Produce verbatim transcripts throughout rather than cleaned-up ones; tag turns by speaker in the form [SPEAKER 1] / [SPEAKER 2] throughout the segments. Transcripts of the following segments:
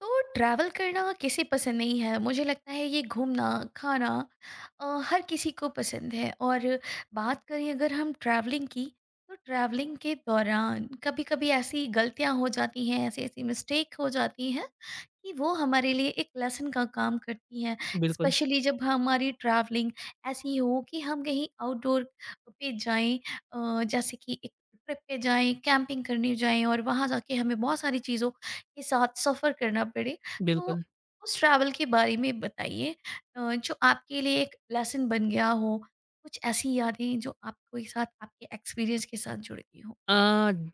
[SPEAKER 1] तो ट्रैवल करना किसे पसंद नहीं है। मुझे लगता है ये घूमना खाना अ, हर किसी को पसंद है। और बात करें अगर हम ट्रैवलिंग की, तो ट्रैवलिंग के दौरान कभी कभी ऐसी गलतियां हो जाती हैं, ऐसी ऐसी मिस्टेक हो जाती हैं कि वो हमारे लिए एक लेसन का काम करती हैं।
[SPEAKER 2] बिल्कुल,
[SPEAKER 1] स्पेशली जब हमारी ट्रैवलिंग ऐसी हो कि हम कहीं आउटडोर पे जाएं, अ, जैसे कि एक ट्रिप पे जाएं, कैंपिंग करने जाएं और वहाँ जाके हमें बहुत सारी चीज़ों के साथ सफ़र करना पड़े। तो
[SPEAKER 2] बिल्कुल।
[SPEAKER 1] उस ट्रैवल के बारे में बताइए अ, जो आपके लिए एक लेसन बन गया हो, कुछ ऐसी यादें जो आपके साथ, आपके एक्सपीरियंस के साथ जुड़ गई हों?
[SPEAKER 2] अ,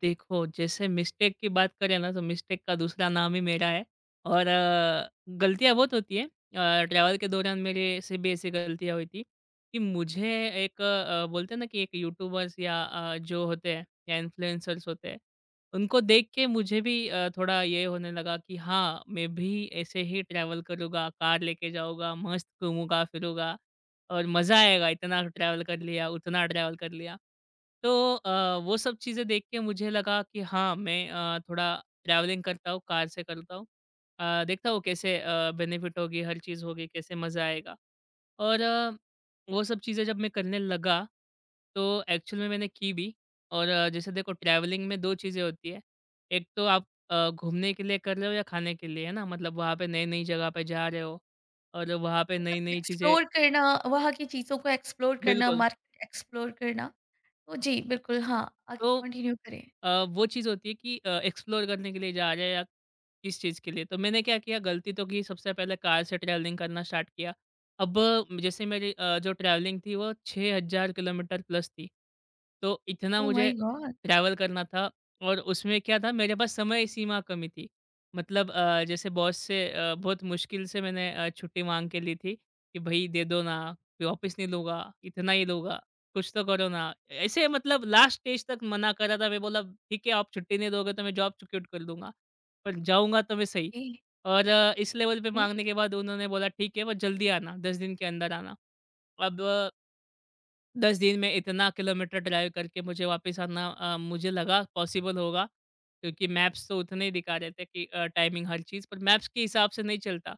[SPEAKER 2] देखो जैसे मिस्टेक की बात करें ना तो मिस्टेक का दूसरा नाम ही मेरा है और अ, गलतियाँ बहुत होती हैं। अ, ट्रैवल के दौरान मेरे से भी ऐसी गलतियाँ हुई थी कि मुझे एक अ, बोलते हैं ना कि एक यूट्यूबर्स या अ, जो होते हैं या इन्फ्लुएंसर्स होते हैं, उनको देख के मुझे भी अ, थोड़ा ये होने लगा कि हाँ, मैं भी ऐसे ही ट्रैवल करूँगा, कार लेके जाऊँगा, मस्त घूमूँगा-फिरूँगा। और मज़ा आएगा इतना ट्रैवल कर लिया, उतना ट्रैवल कर लिया। तो अ, वो सब चीज़ें देख के मुझे लगा कि हाँ, मैं अ, थोड़ा ट्रैवलिंग करता हूँ, कार से करता हूँ। अ, देखता हूँ कैसे अ, बेनिफिट होगी, हर चीज़ होगी, कैसे मज़ा आएगा। और अ, वो सब चीज़ें जब मैं करने लगा, तो एक्चुअल में मैंने की भी और अ, जैसे देखो ट्रैवलिंग में दो चीज़ें होती हैं। एक तो आप अ, घूमने के लिए कर रहे हो या खाने के लिए, है ना? मतलब वहाँ पे नई-नई जगह पे जा रहे हो और वहाँ पे
[SPEAKER 1] मतलब
[SPEAKER 2] नई-नई चीज़ें
[SPEAKER 1] एक्सप्लोर करना, वहाँ की चीज़ों को एक्सप्लोर करना,
[SPEAKER 2] बिल्कुल।
[SPEAKER 1] मार्केट एक्सप्लोर करना। तो जी, बिल्कुल हाँ, आगे
[SPEAKER 2] तो
[SPEAKER 1] कंटिन्यू करें।
[SPEAKER 2] अ, वो चीज़ होती है कि अ, एक्सप्लोर करने के लिए जा रहे हैं या किस चीज़ के लिए। तो मैंने क्या किया गलती तो की सबसे पहले कार से ट्रैवलिंग करना स्टार्ट किया। अब अ, जैसे मेरी अ, जो ट्रैवलिंग थी वो छह हज़ार किलोमीटर प्लस थी। तो इतना
[SPEAKER 1] ओह माय
[SPEAKER 2] मुझे
[SPEAKER 1] गॉड!
[SPEAKER 2] ट्रैवल करना था और उसमें क्या था मेरे पास समय सीमा कमी थी। मतलब अ, जैसे बॉस से अ, बहुत मुश्किल से मैंने अ, छुट्टी माँग के ली थी कि भई दे दो ना, वापस नहीं लूँगा, इतना ही लूँगा। कुछ तो करो ना। ऐसे मतलब लास्ट स्टेज तक मना कर रहा था। मैं बोला ठीक है आप छुट्टी नहीं दोगे तो मैं जॉब च क्विट कर दूँगा। पर जाऊँगा तो मैं सही।
[SPEAKER 1] ओके, ओके,
[SPEAKER 2] और अ, इस लेवल पे
[SPEAKER 1] ओके।
[SPEAKER 2] माँगने के बाद उन्होंने बोला ठीक है पर जल्दी आना, दस दिन के अंदर आना। अब दस दिन में इतना किलोमीटर ड्राइव करके मुझे वापस आना अ, मुझे लगा पॉसिबल होगा क्योंकि मैप्स तो उतने ही दिखा रहे थे कि अ, टाइमिंग हर चीज़ पर मैप्स के हिसाब से नहीं चलता।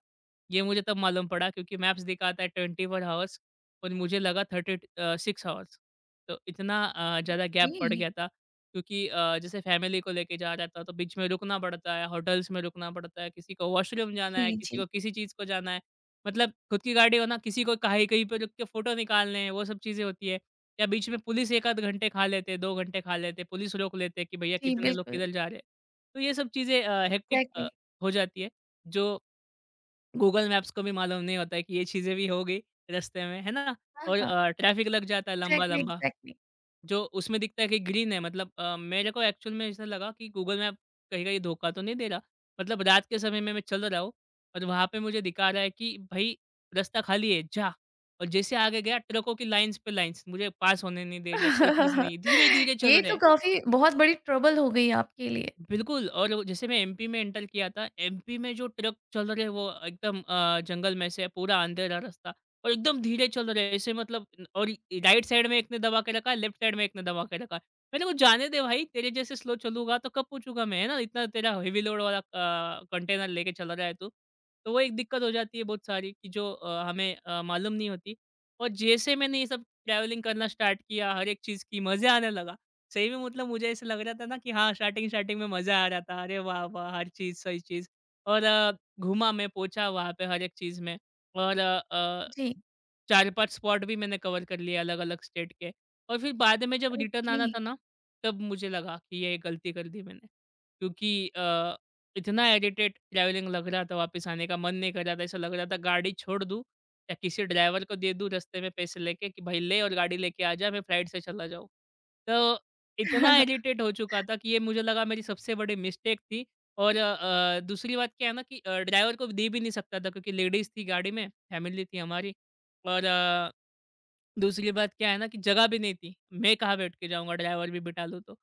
[SPEAKER 2] ये मुझे तब मालूम पड़ा क्योंकि मैप्स दिखाता है ट्वेंटी फ़ोर हावर्स पर मुझे लगा तीस अ, सिक्स हावर्स। तो इतना अ, ज़्यादा गैप पड़ गया था क्योंकि अ, जैसे फैमिली को लेके जा रहा था तो बीच में रुकना पड़ता है, होटल्स में रुकना पड़ता है, किसी को वॉशरूम जाना
[SPEAKER 1] जी,
[SPEAKER 2] है, किसी
[SPEAKER 1] जी।
[SPEAKER 2] को किसी चीज़ को जाना है। मतलब खुद की गाड़ी हो ना, किसी को कहीं कहीं पे रुक के फ़ोटो निकालने हैं, वो सब चीज़ें होती है। या बीच में पुलिस एक आध घंटे खा लेते, दो घंटे खा लेते, पुलिस रोक लेते हैं कि भैया
[SPEAKER 1] जी,
[SPEAKER 2] कितने लोग
[SPEAKER 1] बिल्कुल,
[SPEAKER 2] किधर जा रहे हैं। तो ये सब चीज़ें अ, हेक्टिक
[SPEAKER 1] एग्ज़ैक्टली।
[SPEAKER 2] अ, हो जाती है, जो गूगल मैप्स को भी मालूम नहीं होता है कि ये चीज़ें भी हो गई रास्ते में, है ना?
[SPEAKER 1] हाँ,
[SPEAKER 2] और
[SPEAKER 1] हाँ।
[SPEAKER 2] अ, ट्रैफ़िक लग जाता है
[SPEAKER 1] एग्ज़ैक्टली,
[SPEAKER 2] लंबा-लंबा।
[SPEAKER 1] एग्ज़ैक्टली।
[SPEAKER 2] जो उसमें दिखता है कि ग्रीन है मतलब अ, मेरे को एक्चुअल में ऐसा लगा कि गूगल मैप कहेगा ये धोखा तो नहीं दे रहा मतलब रात के समय में मैं चल रहा हूँ और वहाँ पे मुझे दिखा रहा है कि भाई रास्ता खाली है जा और जैसे आगे गया ट्रकों की लाइंस पे लाइंस मुझे पास होने नहीं दे रहे कोई चीज़ नहीं धीरे धीरे
[SPEAKER 1] ये
[SPEAKER 2] चल रहे
[SPEAKER 1] तो
[SPEAKER 2] हैं।
[SPEAKER 1] काफ़ी बहुत बड़ी ट्रबल हो गई आपके लिए।
[SPEAKER 2] बिल्कुल, और वो जैसे मैं एमपी में एंटर किया था, एमपी में जो ट्रक चल रहे वो एकदम अ, जंगल में से पूरा अंधेरा रास्ता और एकदम धीरे चल रहे हैं ऐसे मतलब न- और इ- राइट साइड में एक ने दबा के रखा है, लेफ्ट साइड में एक ने दबा के रखा है। मैंने कहा जाने दे भाई तेरे जैसे स्लो चलूँगा तो कब पहुँचूँगा मैं, है ना? इतना तेरा हेवी लोड वाला अ, कंटेनर लेके चल रहा है तू। तो वो एक दिक्कत हो जाती है बहुत सारी कि जो अ, हमें अ, मालूम नहीं होती और जैसे मैंने ये सब ट्रैवलिंग करना स्टार्ट किया, हर एक चीज़ की मज़े आने लगा। सही में मतलब मुझे ऐसा लग रहा था ना कि हाँ, स्टार्टिंग-स्टार्टिंग में मज़ा आ रहा था। अरे वाह, वाह! हर चीज़, सही चीज़ और अ, घूमा मैं, पहुँचा वहाँ पे हर एक चीज़ में और अ अ,
[SPEAKER 1] जी,
[SPEAKER 2] चार पाँच स्पॉट भी मैंने कवर कर लिए अलग-अलग स्टेट के और फिर बाद में जब रिटर्न
[SPEAKER 1] ओके।
[SPEAKER 2] आना था ना, तब मुझे लगा कि ये गलती कर दी मैंने क्योंकि अ, इतना इरिटेट ट्रैवलिंग लग रहा था, वापस आने का मन नहीं कर रहा था। ऐसा लग रहा था गाड़ी छोड़ दूँ या किसी ड्राइवर को दे दूँ रास्ते में पैसे लेके कि, "भई ले और गाड़ी लेके आ जा, मैं फ्लाइट से चला जाऊँ।" तो इतना इरिटेट हो चुका था कि ये मुझे लगा मेरी सबसे बड़ी मिस्टेक थी और अ, दूसरी बात क्या है ना कि अ, ड्राइवर को दे भी नहीं सकता था क्योंकि लेडीज़ थी गाड़ी में, फैमिली थी हमारी और अ, दूसरी बात क्या है ना कि जगह भी नहीं थी। मैं कहाँ बैठ के जाऊँगा ड्राइवर भी बिठा लूँ तो।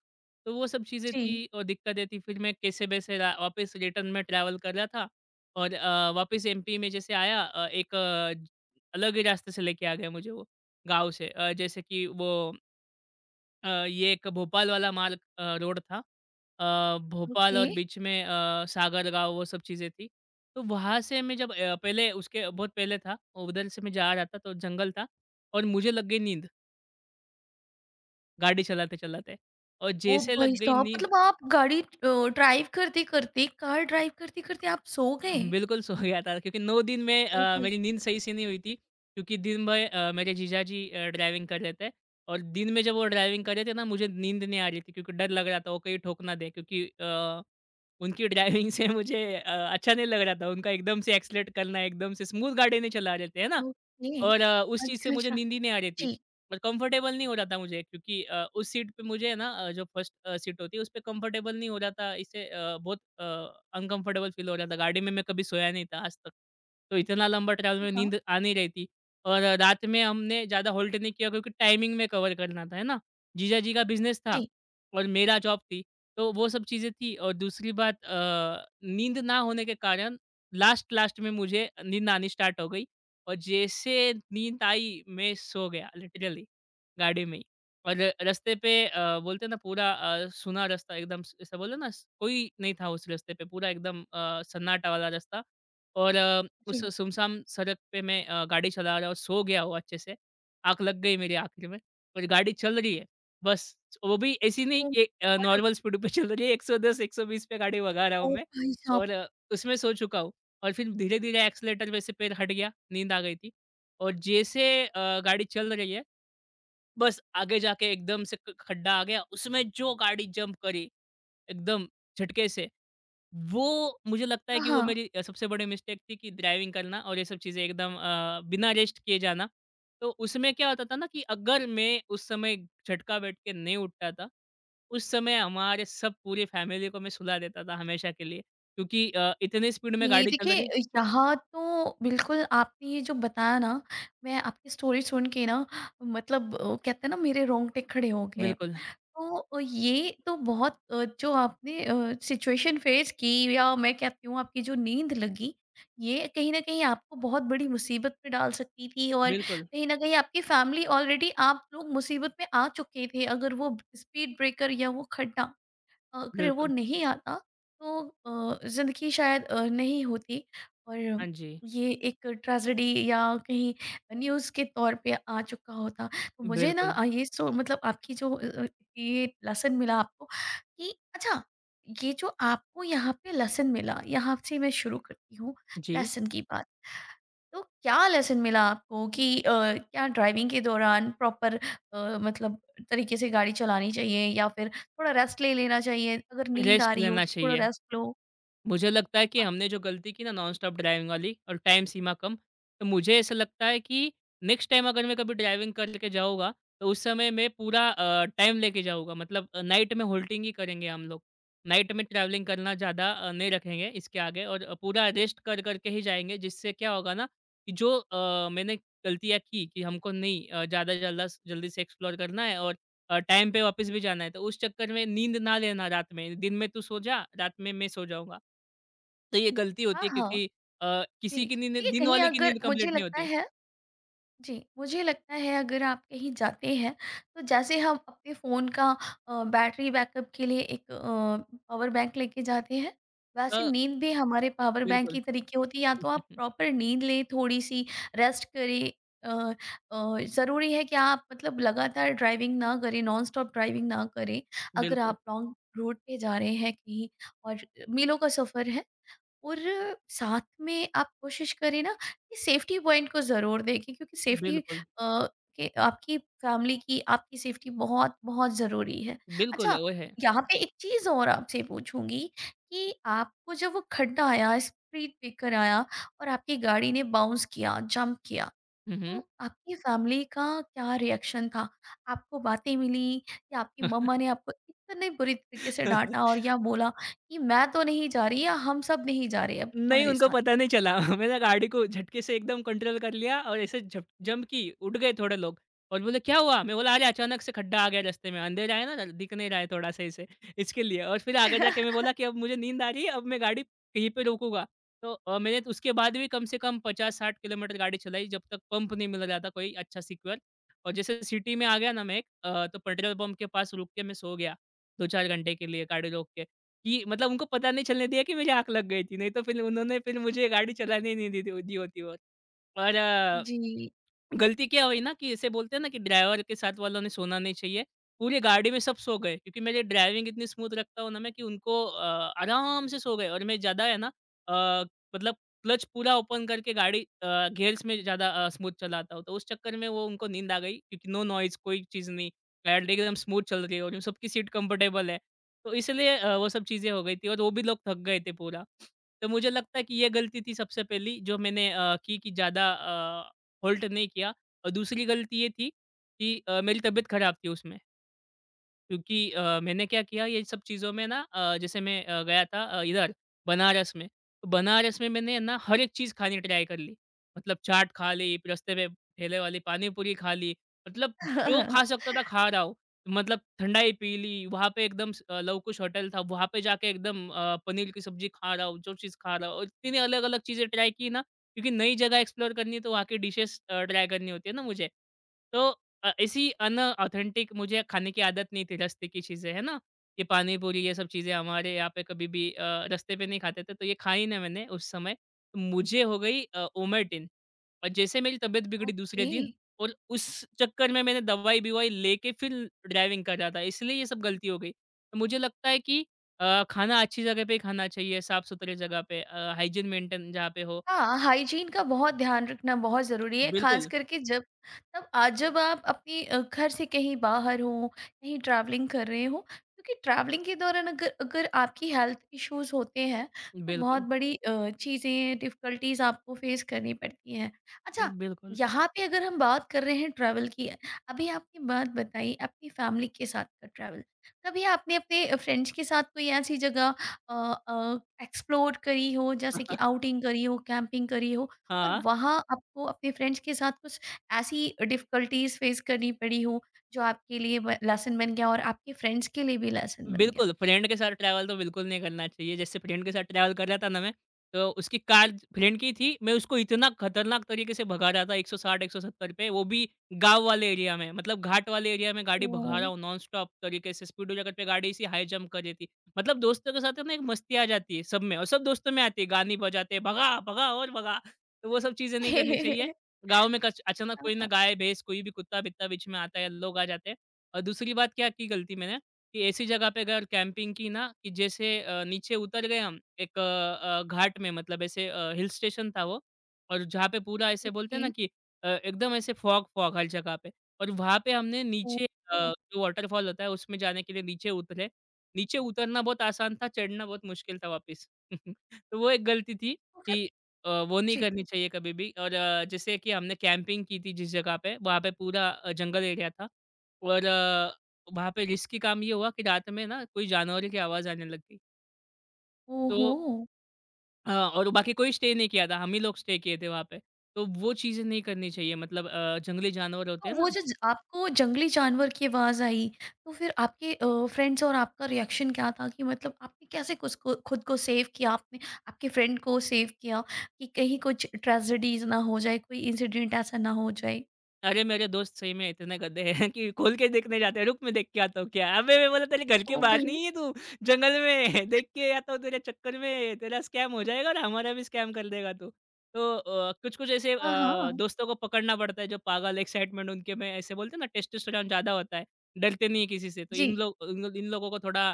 [SPEAKER 2] तो वो सब चीज़ें
[SPEAKER 1] जी,
[SPEAKER 2] थी और दिक्कतें थी। फिर मैं कैसे-वैसे रा वापस रिटर्न में ट्रैवल कर रहा था और अ, वापस एमपी में जैसे आया अ, एक अ, ज- अलग ही रास्ते से लेके आ गया मुझे वो गाँव से अ, जैसे कि वो अ, ये एक भोपाल वाला मार्ग अ, रोड था। अ, भोपाल
[SPEAKER 1] ओके।
[SPEAKER 2] और बीच में अ, सागरगाँव वो सब चीज़ें थी। तो वहाँ से मैं जब अ, पहले उसके बहुत पहले था, उधर से मैं जा रहा था तो जंगल था और मुझे लग गई नींद गाड़ी चलाते-चलाते और
[SPEAKER 1] ओ
[SPEAKER 2] जैसे
[SPEAKER 1] भाई
[SPEAKER 2] लग गई
[SPEAKER 1] साहब!
[SPEAKER 2] नींद
[SPEAKER 1] मतलब आप गाड़ी अ, ड्राइव करते-करते, कार ड्राइव करते-करते आप सो गए?
[SPEAKER 2] अहम, बिल्कुल सो गया था क्योंकि नौ दिन में
[SPEAKER 1] ओ
[SPEAKER 2] अ,
[SPEAKER 1] भाई!
[SPEAKER 2] मेरी नींद सही से नहीं हुई थी क्योंकि दिन भर अ, मेरे जीजाजी अ, ड्राइविंग कर रहे थे और दिन में जब वो ड्राइविंग कर रहे थे ना मुझे नींद नहीं आ रही थी क्योंकि डर लग रहा था वो कहीं ठोक ना दे क्योंकि अ, उनकी ड्राइविंग से मुझे अ, अच्छा नहीं लग रहा था उनका एकदम से एक्सलेट करना एकदम से स्मूथ गाड़ी नहीं चला रहे थे है ना
[SPEAKER 1] ओके।
[SPEAKER 2] और अ, उस चीज़ से
[SPEAKER 1] अच्छा,
[SPEAKER 2] मुझे
[SPEAKER 1] अच्छा।
[SPEAKER 2] नींद ही नहीं आ रही थी
[SPEAKER 1] जी,
[SPEAKER 2] और कंफर्टेबल नहीं हो रहा था मुझे क्योंकि अ, उस सीट पे मुझे है ना अ, जो फर्स्ट सीट होती है उस पे कंफर्टेबल नहीं हो रहा था इससे अ, बहुत अ, अनकंफर्टेबल फ़ील हो रहा था। गाड़ी में मैं कभी सोया नहीं था आज तक। तो इतना लंबा ट्रैवल में
[SPEAKER 1] हाँ।
[SPEAKER 2] नींद आ नहीं रही थी और रात में हमने ज़्यादा होल्ट नहीं किया क्योंकि टाइमिंग में कवर करना था, है ना? जीजा जी का बिज़नेस था
[SPEAKER 1] जी,
[SPEAKER 2] और मेरा जॉब थी। तो वो सब चीज़ें थी और दूसरी बात अ, नींद ना होने के कारण लास्ट-लास्ट में मुझे नींद आनी स्टार्ट हो गई और जैसे नींद आई, मैं सो गया लिटरली गाड़ी में ही। और रास्ते पे अ, बोलते हैं ना पूरा अ, सूना रास्ता एकदम स ऐसा बोले ना स कोई नहीं था उस रास्ते पे पूरा एकदम अ, सन्नाटा वाला रास्ता और अ, उस
[SPEAKER 1] जी।
[SPEAKER 2] सुनसान सड़क पे मैं अ, गाड़ी चला रहा और सो गया हूँ अच्छे से। आँख लग गई मेरी आखिर में और गाड़ी चल रही है। बस वो भी ऐसी नहीं
[SPEAKER 1] ओह
[SPEAKER 2] कि अ,
[SPEAKER 1] गॉड!
[SPEAKER 2] नॉर्मल स्पीड पे चल रही है एक सौ दस, एक सौ बीस पे गाड़ी भगा रहा हूँ
[SPEAKER 1] ओ
[SPEAKER 2] मैं
[SPEAKER 1] भाई साहब!
[SPEAKER 2] और अ, उसमें सो चुका हूँ। और फिर धीरे-धीरे एक्सेलेरेटर वैसे पैर हट गया, नींद आ गई थी और जैसे अ, गाड़ी चल रही है बस आगे जाके एकदम से ख खड्डा आ गया, उसमें जो गाड़ी जंप करी एकदम झटके से, वो मुझे लगता है कि वो
[SPEAKER 1] हाँ।
[SPEAKER 2] मेरी अ, सबसे बड़ी मिस्टेक थी कि ड्राइविंग करना और ये सब चीज़ें एकदम अ, बिना रेस्ट किए जाना। तो उसमें क्या होता था ना कि अगर मैं उस समय झटका बैठ के नहीं उठता था, उस समय हमारे सब पूरी फैमिली को मैं सुला देता था हमेशा के लिए क्योंकि अ, इतनी स्पीड में
[SPEAKER 1] ये
[SPEAKER 2] गाड़ी चल
[SPEAKER 1] देखिए,
[SPEAKER 2] रही
[SPEAKER 1] यहाँ तो बिल्कुल आपने ये जो बताया ना, मैं आपकी स्टोरी सुन के ना, मतलब अ, कहते हैं ना, मेरे रोंगटे खड़े हो गए।
[SPEAKER 2] बिल्कुल,
[SPEAKER 1] तो अ, ये तो बहुत अ, जो आपने सिचुएशन फेस की, या मैं कहती हूँ आपकी जो नींद लगी, ये कहीं ना कहीं आपको बहुत बड़ी मुसीबत में डाल सकती थी, और
[SPEAKER 2] बिल्कुल,
[SPEAKER 1] कहीं ना कहीं आपकी फैमिली, ऑलरेडी आप लोग मुसीबत में आ चुके थे। अगर वो स्पीड ब्रेकर या वो खड्डा अगर वो
[SPEAKER 2] बिल्कुल।
[SPEAKER 1] नहीं आता, तो अ, ज़िंदगी शायद अ, नहीं होती, और
[SPEAKER 2] हाँ जी,
[SPEAKER 1] ये एक ट्रेजेडी या कहीं न्यूज़ के तौर पे आ चुका होता। तो मुझे ना
[SPEAKER 2] बिल्कुल।
[SPEAKER 1] अ, ये सो मतलब आपकी जो अ अ, ये लेसन मिला आपको कि अच्छा, ये जो आपको यहाँ पे लेसन मिला, यहाँ से मैं शुरू करती हूँ
[SPEAKER 2] जी,
[SPEAKER 1] लेसन की बात। तो क्या लेसन मिला आपको कि अ, क्या ड्राइविंग के दौरान प्रॉपर, अ, मतलब तरीके से गाड़ी चलानी चाहिए, या फिर थोड़ा रेस्ट ले लेना चाहिए, अगर नींद आ
[SPEAKER 2] रेस्ट
[SPEAKER 1] रही हो
[SPEAKER 2] लेना
[SPEAKER 1] तो थोड़ा
[SPEAKER 2] चाहिए।
[SPEAKER 1] रेस्ट लो।
[SPEAKER 2] मुझे लगता है कि
[SPEAKER 1] हाँ,
[SPEAKER 2] हमने जो गलती की ना नॉन-स्टॉप ड्राइविंग वाली और टाइम सीमा कम, तो मुझे ऐसा लगता है कि नेक्स्ट टाइम अगर मैं कभी ड्राइविंग करके जाऊँगा, तो उस समय मैं पूरा अ, टाइम लेके जाऊँगा। मतलब अ, नाइट में होल्टिंग ही करेंगे हम लोग। नाइट में ट्रैवलिंग करना ज़्यादा अ, नहीं रखेंगे इसके आगे और अ, पूरा रेस्ट कर कर के ही जाएँगे, जिससे क्या होगा ना कि जो अ, मैंने गलतियाँ की कि हमको नहीं अ, ज़्यादा जल्दा स जल्दी से एक्सप्लोर करना है और अ, टाइम पे वापस भी जाना है, तो उस चक्कर में नींद ना लेना रात में। दिन में तू सो जा, रात में मैं सो जाऊँगा। तो ये गलती
[SPEAKER 1] हाँ,
[SPEAKER 2] होती है
[SPEAKER 1] हाँ।
[SPEAKER 2] क्योंकि अ,
[SPEAKER 1] जी,
[SPEAKER 2] किसी की नींद
[SPEAKER 1] देखिए,
[SPEAKER 2] दिन
[SPEAKER 1] कहीं
[SPEAKER 2] वाले की
[SPEAKER 1] अगर
[SPEAKER 2] नींद
[SPEAKER 1] मुझे
[SPEAKER 2] कंप्लीट नहीं
[SPEAKER 1] लगता
[SPEAKER 2] होती।
[SPEAKER 1] है, जी, मुझे लगता है अगर आप कहीं जाते हैं, तो जैसे हम अपने फ़ोन का अ, बैटरी बैकअप के लिए एक अ, पावर बैंक लेके जाते हैं, वैसे
[SPEAKER 2] अ,
[SPEAKER 1] नींद भी हमारे पावर बैंक
[SPEAKER 2] बिल्कुल,
[SPEAKER 1] की तरीके होती है। या तो आप प्रॉपर नींद लें, थोड़ी-सी रेस्ट करें। अ अ, ज़रूरी है कि आप मतलब लगातार ड्राइविंग ना करें, नॉनस्टॉप ड्राइविंग ना करें। अगर
[SPEAKER 2] बिल्कुल,
[SPEAKER 1] आप लॉन्ग रूट पे जा रहे हैं कहीं, और मीलों का सफ़र है, और साथ में आप कोशिश करें ना कि सेफ्टी पॉइंट को ज़रूर देखें, क्योंकि सेफ्टी अ,
[SPEAKER 2] बिल्कुल,
[SPEAKER 1] के आपकी फैमिली की, आपकी सेफ्टी बहुत बहुत ज़रूरी है।
[SPEAKER 2] बिल्कुल,
[SPEAKER 1] अच्छा,
[SPEAKER 2] वो है।
[SPEAKER 1] यहाँ पे एक चीज़ और आपसे पूछूँगी कि आपको जब वो खड्डा आया, स्पीड ब्रेकर आया और आपकी गाड़ी ने बाउंस किया, जंप किया,
[SPEAKER 2] हुँ, हुँ।
[SPEAKER 1] तो आपकी फैमिली का क्या रिएक्शन था? आपको बातें मिली, या आपकी मम्मा ने आपको इतने बुरी तरीके से डाँटा, और या बोला कि मैं तो नहीं जा रही, या हम सब नहीं जा रहे अब
[SPEAKER 2] नहीं,
[SPEAKER 1] तुम्हारे
[SPEAKER 2] उनको
[SPEAKER 1] साथ?
[SPEAKER 2] पता नहीं चला। मैंने गाड़ी को झटके से एकदम कंट्रोल कर लिया और ऐसे झप जंप की, उठ गए थोड़े लोग और बोले, "क्या हुआ?" मैं बोला, "अरे अचानक से खड्डा आ गया रास्ते में, अंधेरा है ना, दिख नहीं रहा है थोड़ा सा इसे, इसके लिए।" और फिर आगे जाके मैं बोला कि अब मुझे नींद आ रही है, अब मैं गाड़ी कहीं पे रोकूँगा। तो अ, मैंने तो उसके बाद भी कम से कम पचास साठ किलोमीटर गाड़ी चलाई, जब तक पंप नहीं मिल रहा था कोई अच्छा सिक्योर। और जैसे सिटी में आ गया ना मैं एक अ, तो पेट्रोल पंप के पास रुक के मैं सो गया, दो चार घंटे के लिए गाड़ी रोक के। कि मतलब उनको पता नहीं चलने दिया कि मेरी आँख लग गई थी, नहीं तो फिर उन्होंने फिर मुझे गाड़ी चलाने ही नहीं दी दी दी होती और और
[SPEAKER 1] जी।
[SPEAKER 2] गलती क्या हुई ना कि इसे बोलते हैं ना कि ड्राइवर के साथ वालों ने सोना नहीं चाहिए। पूरी गाड़ी में सब सो गए क्योंकि मेरी ड्राइविंग इतनी स्मूथ रखता हूँ ना मैं कि उनको अ, आराम से सो गए और मैं ज़्यादा है ना अ, मतलब क्लच पूरा ओपन करके गाड़ी अ, गियर्स में ज़्यादा अ, स्मूथ चलाता हूँ। तो उस चक्कर में वो उनको नींद आ गई क्योंकि नो नॉइज़ कोई चीज़ नहीं। गाड़ी एकदम स्मूथ चल रही है और उन सबकी सीट कंफर्टेबल है। तो इसलिए अ, वो सब चीज़ें हो गई थी और वो भी लोग थक गए थे पूरा। तो मुझे लगता है कि ये गलती थी सबसे पहली जो मैंने अ, की कि ज़्यादा अ होल्ट नहीं किया और दूसरी गलती ये थी कि अ, मेरी तबीयत खराब थी उसमें। क्योंकि अ, मैंने क्या किया ये सब चीज़ों में ना अ, जैसे मैं अ, गया था अ, इधर बनारस में। तो बनारस में मैंने ना हर एक चीज़ खानी ट्राई कर ली। मतलब चाट खा ली, फिर रास्ते में ठेले वाली पानी पूरी खा ली। मतलब जो खा सकता था खा रहा हूँ। मतलब ठंडाई पी ली, वहाँ पे एकदम स अ, लवकुश होटल था, वहाँ पे जाके एकदम अ, पनीर की सब्ज़ी खा रहा हूँ, जो चीज़ खा रहा हूँ और इतनी अलग-अलग चीज़ें ट्राई की ना क्योंकि नई जगह एक्सप्लोर करनी है तो वहाँ की डिशेज़ अ, ट्राई करनी होती है ना मुझे। तो अ, ऐसी अनऑथेंटिक मुझे खाने की आदत नहीं थी रास्ते की चीज़ें, है ना? ये पानी पूरी ये सब चीज़ें हमारे यहाँ पे कभी भी अ, रास्ते पे नहीं खाते थे तो ये खाई ना मैंने उस समय। तो मुझे हो गई अ, ओमेटिन। और जैसे मेरी तबीयत बिगड़ी दूसरे
[SPEAKER 1] ओके।
[SPEAKER 2] दिन और उस चक्कर में मैंने दवाई-बिवाई लेके फिर ड्राइविंग कर रहा था इसलिए ये सब गलती हो गई। तो मुझे लगता है कि अ, खाना अच्छी जगह पे ही खाना चाहिए, साफ-सुथरे जगह पे अ, हाइजीन मेंटेन जहाँ पे हो।
[SPEAKER 1] हाँ, हाइजीन का बहुत ध्यान रखना बहुत ज़रूरी है, ख़ास
[SPEAKER 2] बिल्कुल,
[SPEAKER 1] करके जब, तब आज जब आप अपने अ, घर से कहीं बाहर हों, कहीं ट्रैवलिंग कर रहे हों, क्योंकि ट्रैवलिंग के दौरान अगर अगर आपकी हेल्थ इश्यूज़ होते हैं, तो बहुत
[SPEAKER 2] बिल्कुल,
[SPEAKER 1] बड़ी अ, चीज़ें, डिफ़िकल्टीज़ आपको फ़ेस करनी पड़ती हैं। अच्छा,
[SPEAKER 2] बिल्कुल।
[SPEAKER 1] यहाँ पे अगर हम बात कर रहे हैं ट्रैवल की, अभी आपने बात बताई अपनी फैमिली के साथ का ट्रैवल। कभी आपने अपने फ्रेंड्स के साथ कोई ऐसी जगह एक्सप्लोर करी हो, जैसे कि आउटिंग करी हो, कैंपिंग करी हो, और
[SPEAKER 2] हाँ।
[SPEAKER 1] वहाँ आपको अपने फ्रेंड्स के साथ कुछ ऐसी डिफिकल्टीज फेस करनी पड़ी हो जो आपके लिए लेसन बन गया और आपके फ्रेंड्स के लिए भी लेसन बन गया?
[SPEAKER 2] बिल्कुल, फ्रेंड के साथ ट्रैवल तो बिल्कुल नहीं करना चाहिए। जैसे फ्रेंड के साथ ट्रैवल कर रहा था ना मैं, तो उसकी कार फ्रेंड की थी, मैं उसको इतना खतरनाक तरीके से भगा रहा था एक सौ साठ एक सौ सत्तर पे, वो भी गाँव वाले एरिया में। मतलब घाट वाले एरिया में
[SPEAKER 1] ओ
[SPEAKER 2] गाड़ी भगा रहा हूँ नॉन-स्टॉप तरीके से, स्पीड ब्रेकर पे गाड़ी ऐसी हाई जंप कर रही थी। मतलब दोस्तों के साथ है ना एक मस्ती आ जाती है सब में और सब दोस्तों में आती है, गाने बजाते हैं, भगा, भगा और भगा। तो वो सब चीज़ें नहीं करनी चाहिए। गाँव में कच अचानक
[SPEAKER 1] हाँ,
[SPEAKER 2] कोई ना
[SPEAKER 1] हाँ,
[SPEAKER 2] गाय, भैंस, कोई भी कुत्ता-बित्ता बीच में आता है, लोग आ जाते हैं। और दूसरी बात क्या की गलती मैंने कि ऐसी जगह पे अगर कैंपिंग की ना कि जैसे अ, नीचे उतर गए हम एक अ, अ, घाट में मतलब ऐसे अ, हिल स्टेशन था वो और जहाँ पे पूरा ऐसे बोलते
[SPEAKER 1] ओके।
[SPEAKER 2] हैं ना कि अ, एकदम ऐसे फॉग फॉग हर जगह पे और वहाँ पे हमने
[SPEAKER 1] ओ,
[SPEAKER 2] नीचे अ,
[SPEAKER 1] ओ,
[SPEAKER 2] जो वाटरफॉल होता है उसमें जाने के लिए नीचे उतरे। नीचे उतरना बहुत आसान था चढ़ना बहुत मुश्किल था वापस। तो वो एक गलती थी
[SPEAKER 1] तो फिर
[SPEAKER 2] कि अ, वो नहीं
[SPEAKER 1] जी।
[SPEAKER 2] करनी चाहिए कभी भी और अ, जैसे कि हमने कैंपिंग की थी जिस जगह पे वहाँ पे पूरा अ, जंगल एरिया था और वहाँ पे रिस्की काम ये हुआ कि रात में ना कोई जानवरों की आवाज़ आने लग गई।
[SPEAKER 1] ओहो।
[SPEAKER 2] तो हाँ, और बाकी कोई स्टे नहीं किया था, हम ही लोग स्टे किए थे वहाँ पे। तो वो चीज़ें नहीं करनी चाहिए मतलब अ, जंगली जानवर होते
[SPEAKER 1] तो
[SPEAKER 2] हैं ना।
[SPEAKER 1] वो जो ज आपको जंगली जानवर की आवाज़ आई, तो फिर आपके अ, फ्रेंड्स और आपका रिएक्शन क्या था? कि मतलब आपने कैसे कुस को खुद को सेव किया आपने, आपके फ्रेंड को सेव किया, कि कहीं कुछ ट्रेजेडीज़ ना हो जाए, कोई इंसिडेंट ऐसा ना हो जाए?
[SPEAKER 2] अरे! मेरे दोस्त सही में इतने गधे हैं कि खोल के देखने जाते हैं, "रुक मैं देख के आता हूँ क्या है?" अबे! मैं बोला तेरे घर के
[SPEAKER 1] ओह
[SPEAKER 2] बाहर
[SPEAKER 1] भाई!
[SPEAKER 2] नहीं है तू, जंगल में है, देख के आता हूँ तेरे चक्कर में, तेरा स्कैम हो जाएगा और हमारा भी स्कैम कर देगा तू। तो अ, कुछ-कुछ ऐसे
[SPEAKER 1] हाँ,
[SPEAKER 2] अ,
[SPEAKER 1] हाँ।
[SPEAKER 2] दोस्तों को पकड़ना पड़ता है जो पागल एक्साइटमेंट उनके में ऐसे बोलते हैं ना टेस्टोस्टेरोन ज़्यादा होता है, डरते नहीं है किसी से। तो
[SPEAKER 1] जी।
[SPEAKER 2] इन लोग इन लो- इन लोगों को थोड़ा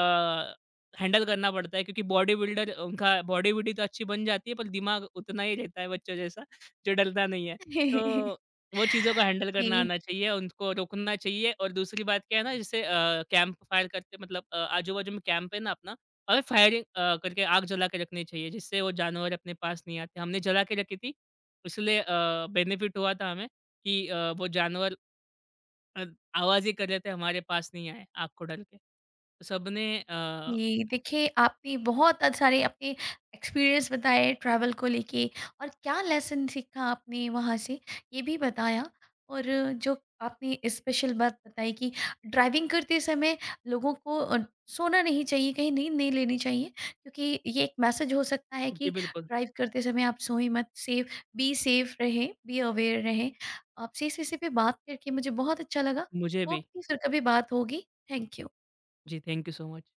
[SPEAKER 2] अ, हैंडल करना पड़ता है क्योंकि बॉडी बिल्डर उनका बॉडी-वॉडी तो अच्छी बन जाती है पर दिमाग उतना ही रहता है बच्चों जैसा, जो डरता नहीं है। तो वो चीज़ों को हैंडल करना
[SPEAKER 1] जी।
[SPEAKER 2] आना चाहिए, उनको रोकना चाहिए और दूसरी बात क्या है ना जैसे अ, कैंप फायर करते मतलब अ, आजू-बाजू में कैंप है ना अपना, हमें फायरिंग अ, करके आग जला के रखनी चाहिए, जिससे वो जानवर अपने पास नहीं आते। हमने जला के रखी थी, इसलिए अ, बेनिफिट हुआ था हमें कि अ, वो जानवर अ, आवाज़ ही कर रहे थे हमारे पास नहीं आए आग को डर के। सबने अ,
[SPEAKER 1] जी, देखिए आपने बहुत अ, सारे अपने एक्सपीरियंस बताए ट्रैवल को लेके, और क्या लेसन सीखा आपने वहाँ से, ये भी बताया। और जो आपने स्पेशल बात बताई कि ड्राइविंग करते समय लोगों को अ, सोना नहीं चाहिए, कहीं नींद नहीं लेनी चाहिए, क्योंकि ये एक मैसेज हो सकता है कि
[SPEAKER 2] जी बिल्कुल,
[SPEAKER 1] ड्राइव करते समय आप सोए मत, सेफ बी, सेफ रहें, बी अवेयर रहें। आपसे इस विषय पे बात करके मुझे बहुत अच्छा लगा।
[SPEAKER 2] मुझे
[SPEAKER 1] होप
[SPEAKER 2] भी।
[SPEAKER 1] कि फिर कभी बात होगी। Thank you.
[SPEAKER 2] जी, थैंक यू सो मच।